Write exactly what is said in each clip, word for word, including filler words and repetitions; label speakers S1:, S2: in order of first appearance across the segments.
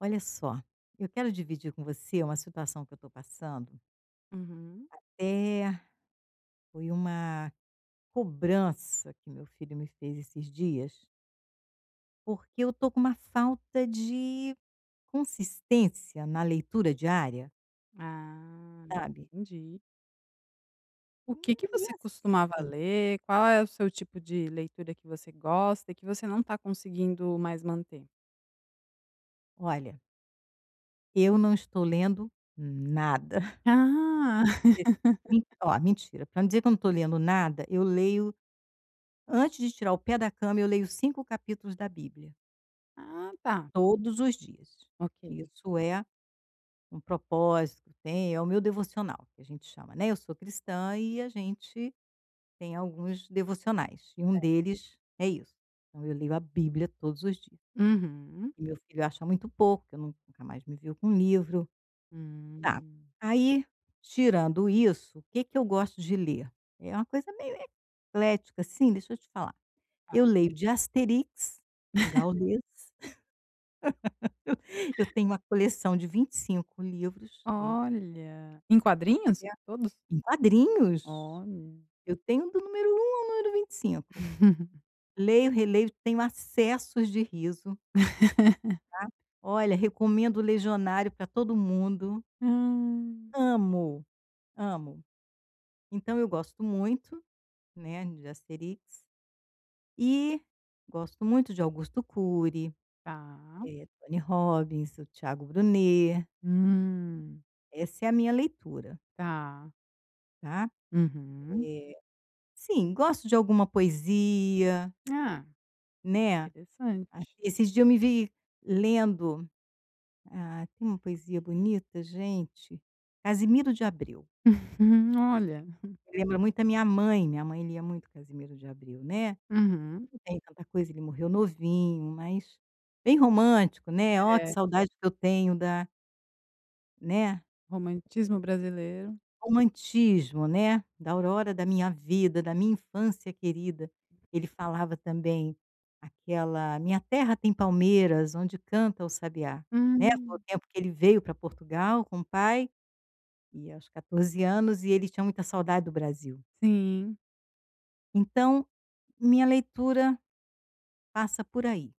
S1: Olha só, eu quero dividir com você uma situação que eu estou passando.
S2: Uhum.
S1: É, foi uma cobrança que meu filho me fez esses dias, porque eu tô com uma falta de consistência na leitura diária,
S2: Ah,
S1: sabe.
S2: entendi. O que que
S1: E
S2: você costumava
S1: assim,
S2: ler? Qual é o seu tipo de leitura que você gosta e que você não está conseguindo mais manter?
S1: olha, eu não estou lendo nada.
S2: Ah,
S1: Se- Men Ó, mentira. Para não dizer que eu não estou lendo nada, eu leio antes de tirar o pé da cama, eu leio cinco capítulos da Bíblia,
S2: ah tá,
S1: todos os dias.
S2: ok.
S1: Isso é um propósito tem, é o meu devocional que a gente chama, né, eu sou cristã e a gente tem alguns devocionais, e um deles é isso. Então eu leio a Bíblia todos os dias,
S2: Uhum.
S1: e meu filho acha muito pouco, que eu nun nunca mais me viu com livro. Tá,
S2: Hum.
S1: aí tirando isso, o que que eu gosto de ler? É uma coisa meio eclética, assim, deixa eu te falar, eu leio de Asterix, um Gaules, eu eu tenho uma coleção de vinte e cinco livros dele,
S2: Olha. Em quadrinhos?
S1: é
S2: Todos?
S1: em quadrinhos.
S2: Olha.
S1: Eu tenho do número um ao número vinte e cinco. Leio, releio, tenho acessos de riso, tá. Olha, recomendo o Legionário para todo mundo.
S2: Hum,
S1: Amo, amo. Então eu gosto muito, né, de Asterix e gosto muito de Augusto Cury,
S2: tá.
S1: eh, Tony Robbins, o Thiago Brunet.
S2: Hum,
S1: Essa é a minha leitura,
S2: tá.
S1: tá.
S2: Uhum.
S1: Eh, sim, gosto de alguma poesia,
S2: Ah,
S1: né. Assim,
S2: interessante.
S1: esses dias eu me vi lendo. Ah, tem uma poesia bonita, gente. Casimiro de Abreu.
S2: Olha.
S1: Lembra Uhum. muito a minha mãe, minha mãe lia muito Casimiro de Abreu, né.
S2: Uhum.
S1: Não tem tanta coisa, ele morreu novinho, mas bem romântico, né. "Ó, que
S2: É.
S1: saudade que eu tenho da", né,
S2: Romantismo brasileiro.
S1: romantismo, né, "da aurora da minha vida, da minha infância querida". Ele falava também aquela: "Minha terra tem palmeiras onde canta o sabiá", né, foi o
S2: Hum.
S1: tempo que ele veio para Portugal com o pai e aos catorze anos, e ele tinha muita saudade do Brasil.
S2: Sim,
S1: Então, minha leitura passa por aí,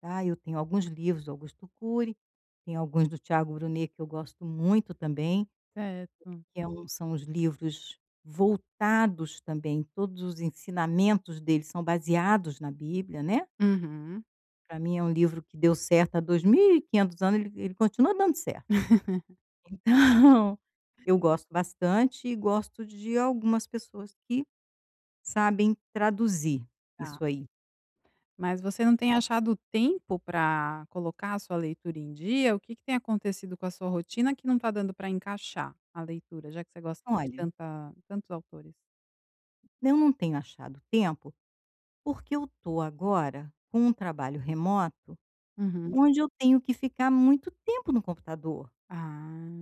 S1: tá. Eu tenho alguns livros do Augusto Cury, tem alguns do Tiago Brunet que eu gosto muito também,
S2: certo.
S1: que é um são os livros voltados também, todos os ensinamentos dele são baseados na Bíblia, né.
S2: Uhum.
S1: Para mim é um livro que deu certo há dois mil e quinhentos anos, ele ele continua dando certo. Então, eu gosto bastante e gosto de algumas pessoas que sabem traduzir
S2: Tá.
S1: isso aí.
S2: Mas você não tem achado tempo para colocar a sua leitura em dia? O que que tem acontecido com a sua rotina que não está dando para encaixar a leitura, já que você gosta de
S1: "Olha,
S2: tanta tantos autores?
S1: eu não tenho achado tempo, porque eu tô agora com um trabalho remoto,
S2: Uhum.
S1: onde eu tenho que ficar muito tempo no computador",
S2: Ah.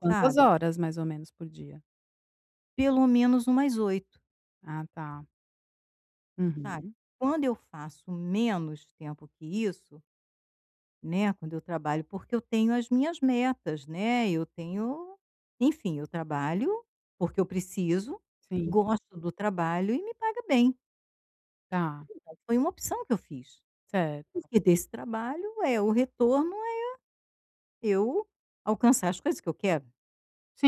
S2: Quantas
S1: sabe,
S2: horas mais ou menos por dia?
S1: "pelo menos umas oito,
S2: Ah, tá.
S1: sabe.
S2: Uhum.
S1: Quando eu faço menos tempo que isso, né, quando eu trabalho porque eu tenho as minhas metas, né, eu tenho enfim, eu trabalho porque eu preciso,
S2: Sim,
S1: gosto do trabalho e me paga bem.
S2: tá,
S1: Então foi uma opção que eu fiz.
S2: certo.
S1: Porque desse trabalho é o retorno é eu alcançar as coisas que eu quero,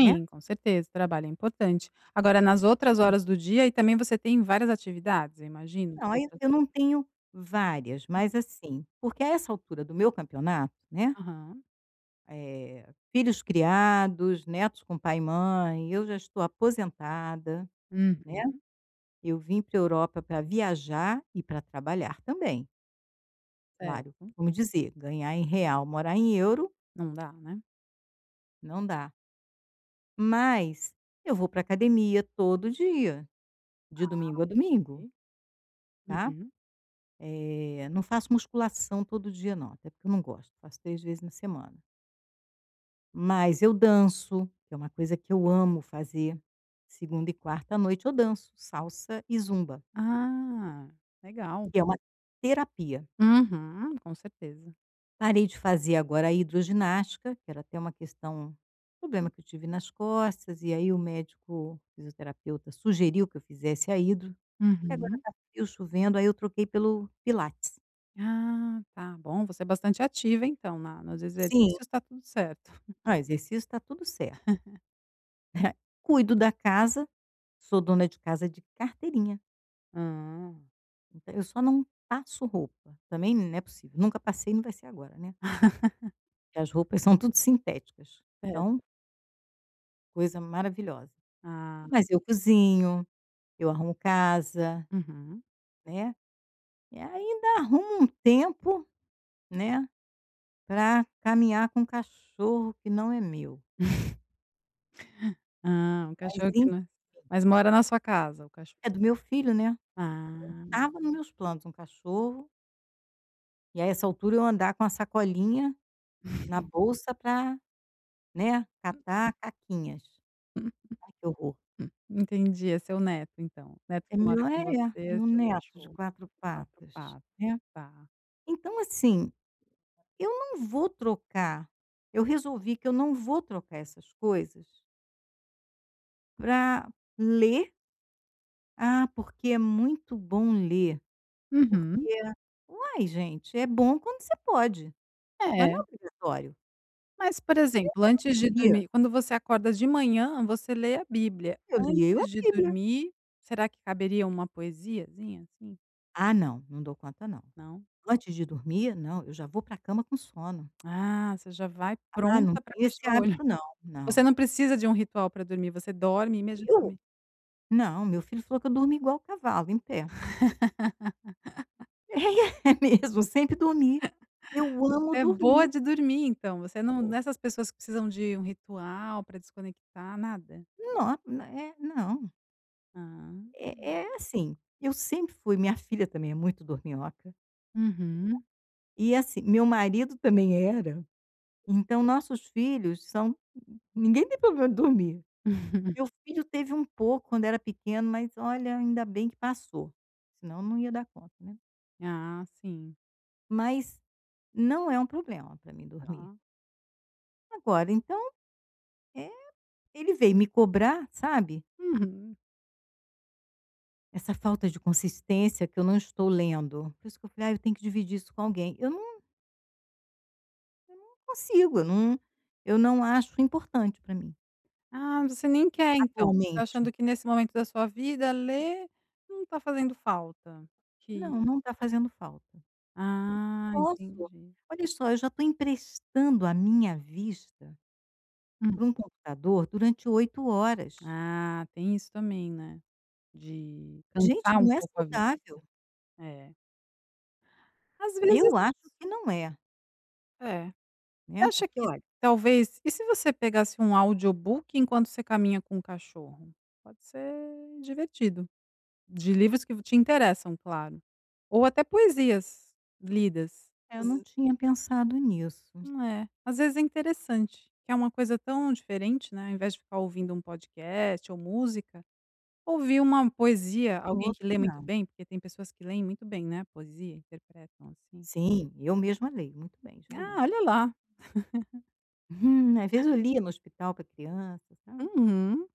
S1: né.
S2: com certeza, o trabalho é importante. Agora nas outras horas do dia, e também você tem várias atividades, eu imagino,
S1: Não, aí
S2: outras
S1: eu não tenho várias, mas assim, porque a essa altura do meu campeonato, né,
S2: aham.
S1: eh, filhos criados, netos com pai e mãe, eu já estou aposentada, né.
S2: Uhum,
S1: Eu vim para a Europa para viajar e para trabalhar também, claro.
S2: certo.
S1: Vamos dizer, ganhar em real, morar em euro,
S2: Não dá, né.
S1: não dá. Mas eu vou para academia todo dia, de domingo a domingo,
S2: Ok.
S1: tá.
S2: Uhum.
S1: Eh, não faço musculação todo dia não, até porque eu não gosto, faço três vezes na semana. Mas eu danço, que é uma coisa que eu amo fazer. Segunda e quarta à noite eu danço salsa e zumba,
S2: Ah, legal.
S1: que é uma terapia.
S2: Uhum, com certeza.
S1: Parei de fazer agora a hidroginástica, que era até uma questão problema que eu tive nas costas, e aí o médico fisioterapeuta sugeriu que eu fizesse a hidro, e agora
S2: Uhum.
S1: tá frio, chovendo, aí eu troquei pelo pilates.
S2: Ah, tá bom, você é bastante ativa então na nos
S1: Sim,
S2: exercícios, está tudo certo.
S1: ah, exercício está tudo certo. Cuido da casa. Sou dona de casa de carteirinha,
S2: Ah,
S1: então eu só não passo roupa, também não é possível, nunca passei, e não vai ser agora, né, porque as roupas são tudo sintéticas,
S2: certo.
S1: então coisa maravilhosa.
S2: Ah,
S1: Mas eu cozinho, eu arrumo casa,
S2: uhum.
S1: né, e ainda arrumo um tempo, né, pra caminhar com um cachorro que não é meu,
S2: Ah, o
S1: mas
S2: cachorro que
S1: enfim
S2: não mas mora na sua casa o cachorro?
S1: é do meu filho, né.
S2: Ah.
S1: Tava nos meus planos um cachorro, e a essa altura eu andar com a sacolinha na bolsa pra, né, catar caquinhas. Ai, que horror.
S2: Hum, entendi, é seu neto então. Neto
S1: É
S2: que mora
S1: meu
S2: com
S1: é, é,
S2: você, é
S1: meu
S2: seu
S1: neto de
S2: cachorro
S1: quatro
S2: de quatro
S1: patas,
S2: patas,
S1: né.
S2: tá.
S1: Então assim, eu não vou trocar, eu resolvi que eu não vou trocar essas coisas para ler, ah, porque é muito bom ler, porque
S2: Uhum.
S1: uai gente, é bom quando você pode, mas
S2: É,
S1: não é obrigatório.
S2: mas, por exemplo, antes
S1: Um
S2: de
S1: dia
S2: dormir quando você acorda de manhã, você lê a Bíblia.
S1: eu li eu a
S2: Antes de
S1: Bíblia.
S2: dormir, será que caberia uma poesiazinha, assim?
S1: Ah não, não dou conta não.
S2: Não?
S1: Antes de dormir, não, eu já vou para a cama com sono.
S2: Ah, você já vai
S1: Ah, não
S2: pronta pra
S1: tenho esse
S2: fechar o olho.
S1: hábito não,
S2: Você
S1: não.
S2: não precisa de um ritual pra dormir, você dorme
S1: Eu
S2: imediatamente.
S1: Não, meu filho falou que eu durmo igual cavalo, em pé. É mesmo, sempre dormi. Eu
S2: Você
S1: amo
S2: é boa
S1: dormir.
S2: de dormir então, você não não
S1: Pô.
S2: é essas pessoas que precisam de um ritual pra desconectar, nada?
S1: Não, não, é, não,
S2: Ah.
S1: é é assim, eu sempre fui. Minha filha também é muito dorminhoca,
S2: Uhum.
S1: e assim, meu marido também era, então nossos filhos são. Ninguém tem problema de dormir. Meu filho teve um pouco quando era pequeno, mas olha, ainda bem que passou, senão não ia dar conta, né.
S2: Ah, sim.
S1: Mas não é um problema para mim
S2: Tá.
S1: dormir. Agora então, é ele veio me cobrar, sabe,
S2: Uhum.
S1: essa falta de consistência que eu não estou lendo. Por isso que eu falei: "Ah, eu tenho que dividir isso com alguém". Eu não consigo, eu não eu não acho importante para mim,
S2: Ah, você nem quer então, você tá
S1: atualmente.
S2: achando que nesse momento da sua vida ler não está fazendo falta, que
S1: Não, não está fazendo falta.
S2: ah,
S1: Posso
S2: entendi.
S1: Olha só, eu já estou emprestando a minha vista
S2: Hum.
S1: para um computador durante oito horas.
S2: Ah, tem isso também, né, de
S1: Gente,
S2: cansar um
S1: não é
S2: pouco a vida.
S1: saudável.
S2: É. Às vezes
S1: Eu acho que não é,
S2: é. Você
S1: né,
S2: acha
S1: porque
S2: que
S1: olha,
S2: talvez e se você pegasse um audiobook enquanto você caminha com o cachorro? Pode ser divertido. De livros que te interessam, claro. Ou até poesias lidas.
S1: é, eu
S2: Às
S1: não tinha pensado nisso.
S2: É, às vezes é interessante, que é uma coisa tão diferente, né, ao invés de ficar ouvindo um podcast ou música, ouvir uma poesia,
S1: Eu não
S2: alguém
S1: ouço
S2: que lê muito
S1: nada.
S2: bem, porque tem pessoas que leem muito bem, né, poesia, interpretam, assim.
S1: Sim, eu mesma leio. Muito bem, já li.
S2: Ah, olha lá.
S1: Hum, às vezes eu lia no hospital para criança, sabe.
S2: Uhum.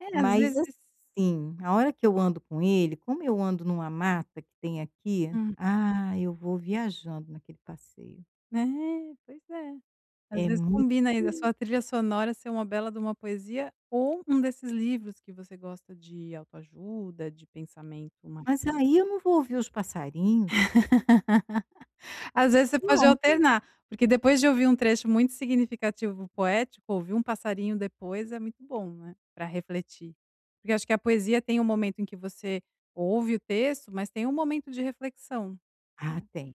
S2: É, às
S1: Mas
S2: vezes
S1: assim, a hora que eu ando com ele, como eu ando numa mata que tem aqui,
S2: hum,
S1: ah, eu vou viajando naquele passeio.
S2: é, pois é. Às
S1: É
S2: vezes
S1: muito
S2: combina aí da sua
S1: bonito,
S2: trilha sonora ser uma bela de uma poesia ou um desses livros que você gosta de autoajuda, de pensamento mais
S1: mas aí eu não vou ouvir os passarinhos.
S2: às vezes você pode
S1: Não. Tem.
S2: alternar, porque depois de ouvir um trecho muito significativo poético, ouvir um passarinho depois é muito bom, né, pra refletir. Porque acho que a poesia tem um momento em que você ouve o texto, mas tem um momento de reflexão,
S1: Ah,
S2: né,
S1: tem,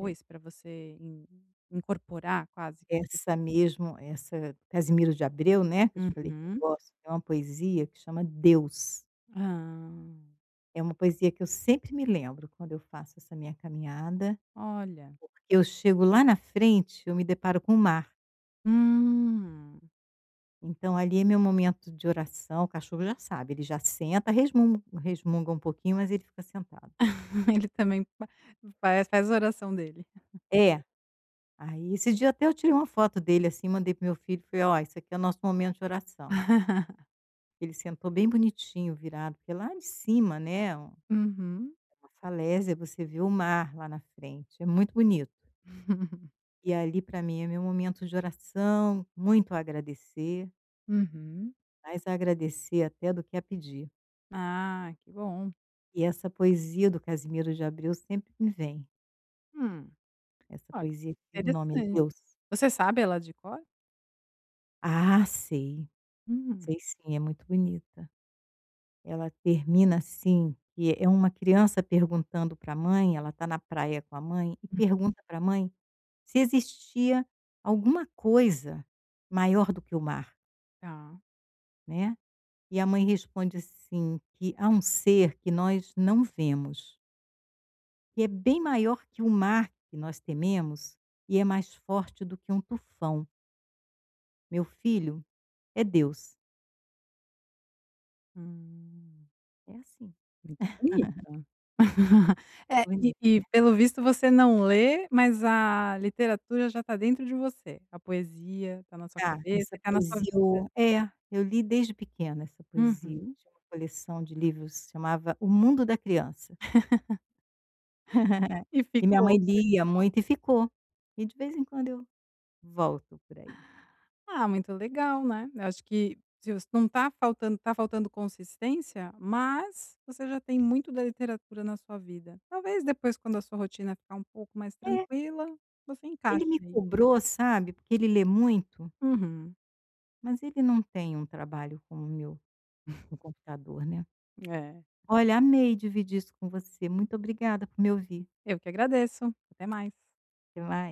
S1: tem.
S2: pra você in incorporar quase.
S1: Essa mesmo, essa Casimiro de Abreu, né, que eu te falei que eu
S2: Uhum.
S1: gosto. É uma poesia que chama Deus.
S2: Ah,
S1: É uma poesia que eu sempre me lembro quando eu faço essa minha caminhada.
S2: olha.
S1: Eu chego lá na frente, eu me deparo com o mar.
S2: Hum,
S1: Então ali é meu momento de oração, o cachorro já sabe, ele já senta, resmunga resmunga um pouquinho, mas ele fica sentado.
S2: ele também fa faz faz a oração dele.
S1: É, aí esse dia até eu tirei uma foto dele, assim, mandei pro meu filho, falei: "Ó, isso aqui é o nosso momento de oração". Ele sentou bem bonitinho, virado, porque lá de cima, né, um-
S2: Uhum.
S1: uma falésia, você vê o mar lá na frente, é muito bonito. E ali para mim é meu momento de oração, muito a agradecer,
S2: Uhum.
S1: mais a agradecer até do que a pedir.
S2: Ah, que bom.
S1: E essa poesia do Casimiro de Abreu sempre me vem,
S2: Hum,
S1: essa
S2: olha,
S1: poesia que o nome é
S2: interessante.
S1: Deus.
S2: Você sabe ela de cor?
S1: Ah, sei,
S2: Hum,
S1: sei sim, é muito bonita. Ela termina assim, que é uma criança perguntando para a mãe, ela está na praia com a mãe, e pergunta para a mãe se existia alguma coisa maior do que o mar,
S2: tá.
S1: né. E a mãe responde assim, que há um ser que nós não vemos, que é bem maior que o mar que nós tememos, e é mais forte do que um tufão. Meu filho é Deus.
S2: Hum,
S1: É assim.
S2: muito bonita. É, e
S1: Bonito,
S2: e
S1: né.
S2: pelo visto você não lê, mas a literatura já está dentro de você, a poesia está na sua
S1: Tá,
S2: cabeça
S1: essa
S2: está na sua
S1: poesia
S2: vida.
S1: eu é, eu li desde pequena essa poesia,
S2: Uhum.
S1: tinha uma coleção de livros, chamava O Mundo da Criança.
S2: E
S1: E minha
S2: ficou.
S1: mãe lia muito e ficou. E de vez em quando eu volto por aí.
S2: Ah, muito legal, né. Eu acho que se você não tá faltando tá faltando consistência, mas você já tem muito da literatura na sua vida. Talvez depois quando a sua rotina ficar um pouco mais
S1: É,
S2: tranquila, você
S1: ele
S2: encaixe
S1: me
S2: aí.
S1: cobrou, sabe, porque ele lê muito,
S2: Uhum.
S1: mas ele não tem um trabalho como o meu no computador, né.
S2: É.
S1: Olha, amei dividir isso com você, muito obrigada por me ouvir.
S2: Eu que agradeço. Até mais.
S1: Até mais.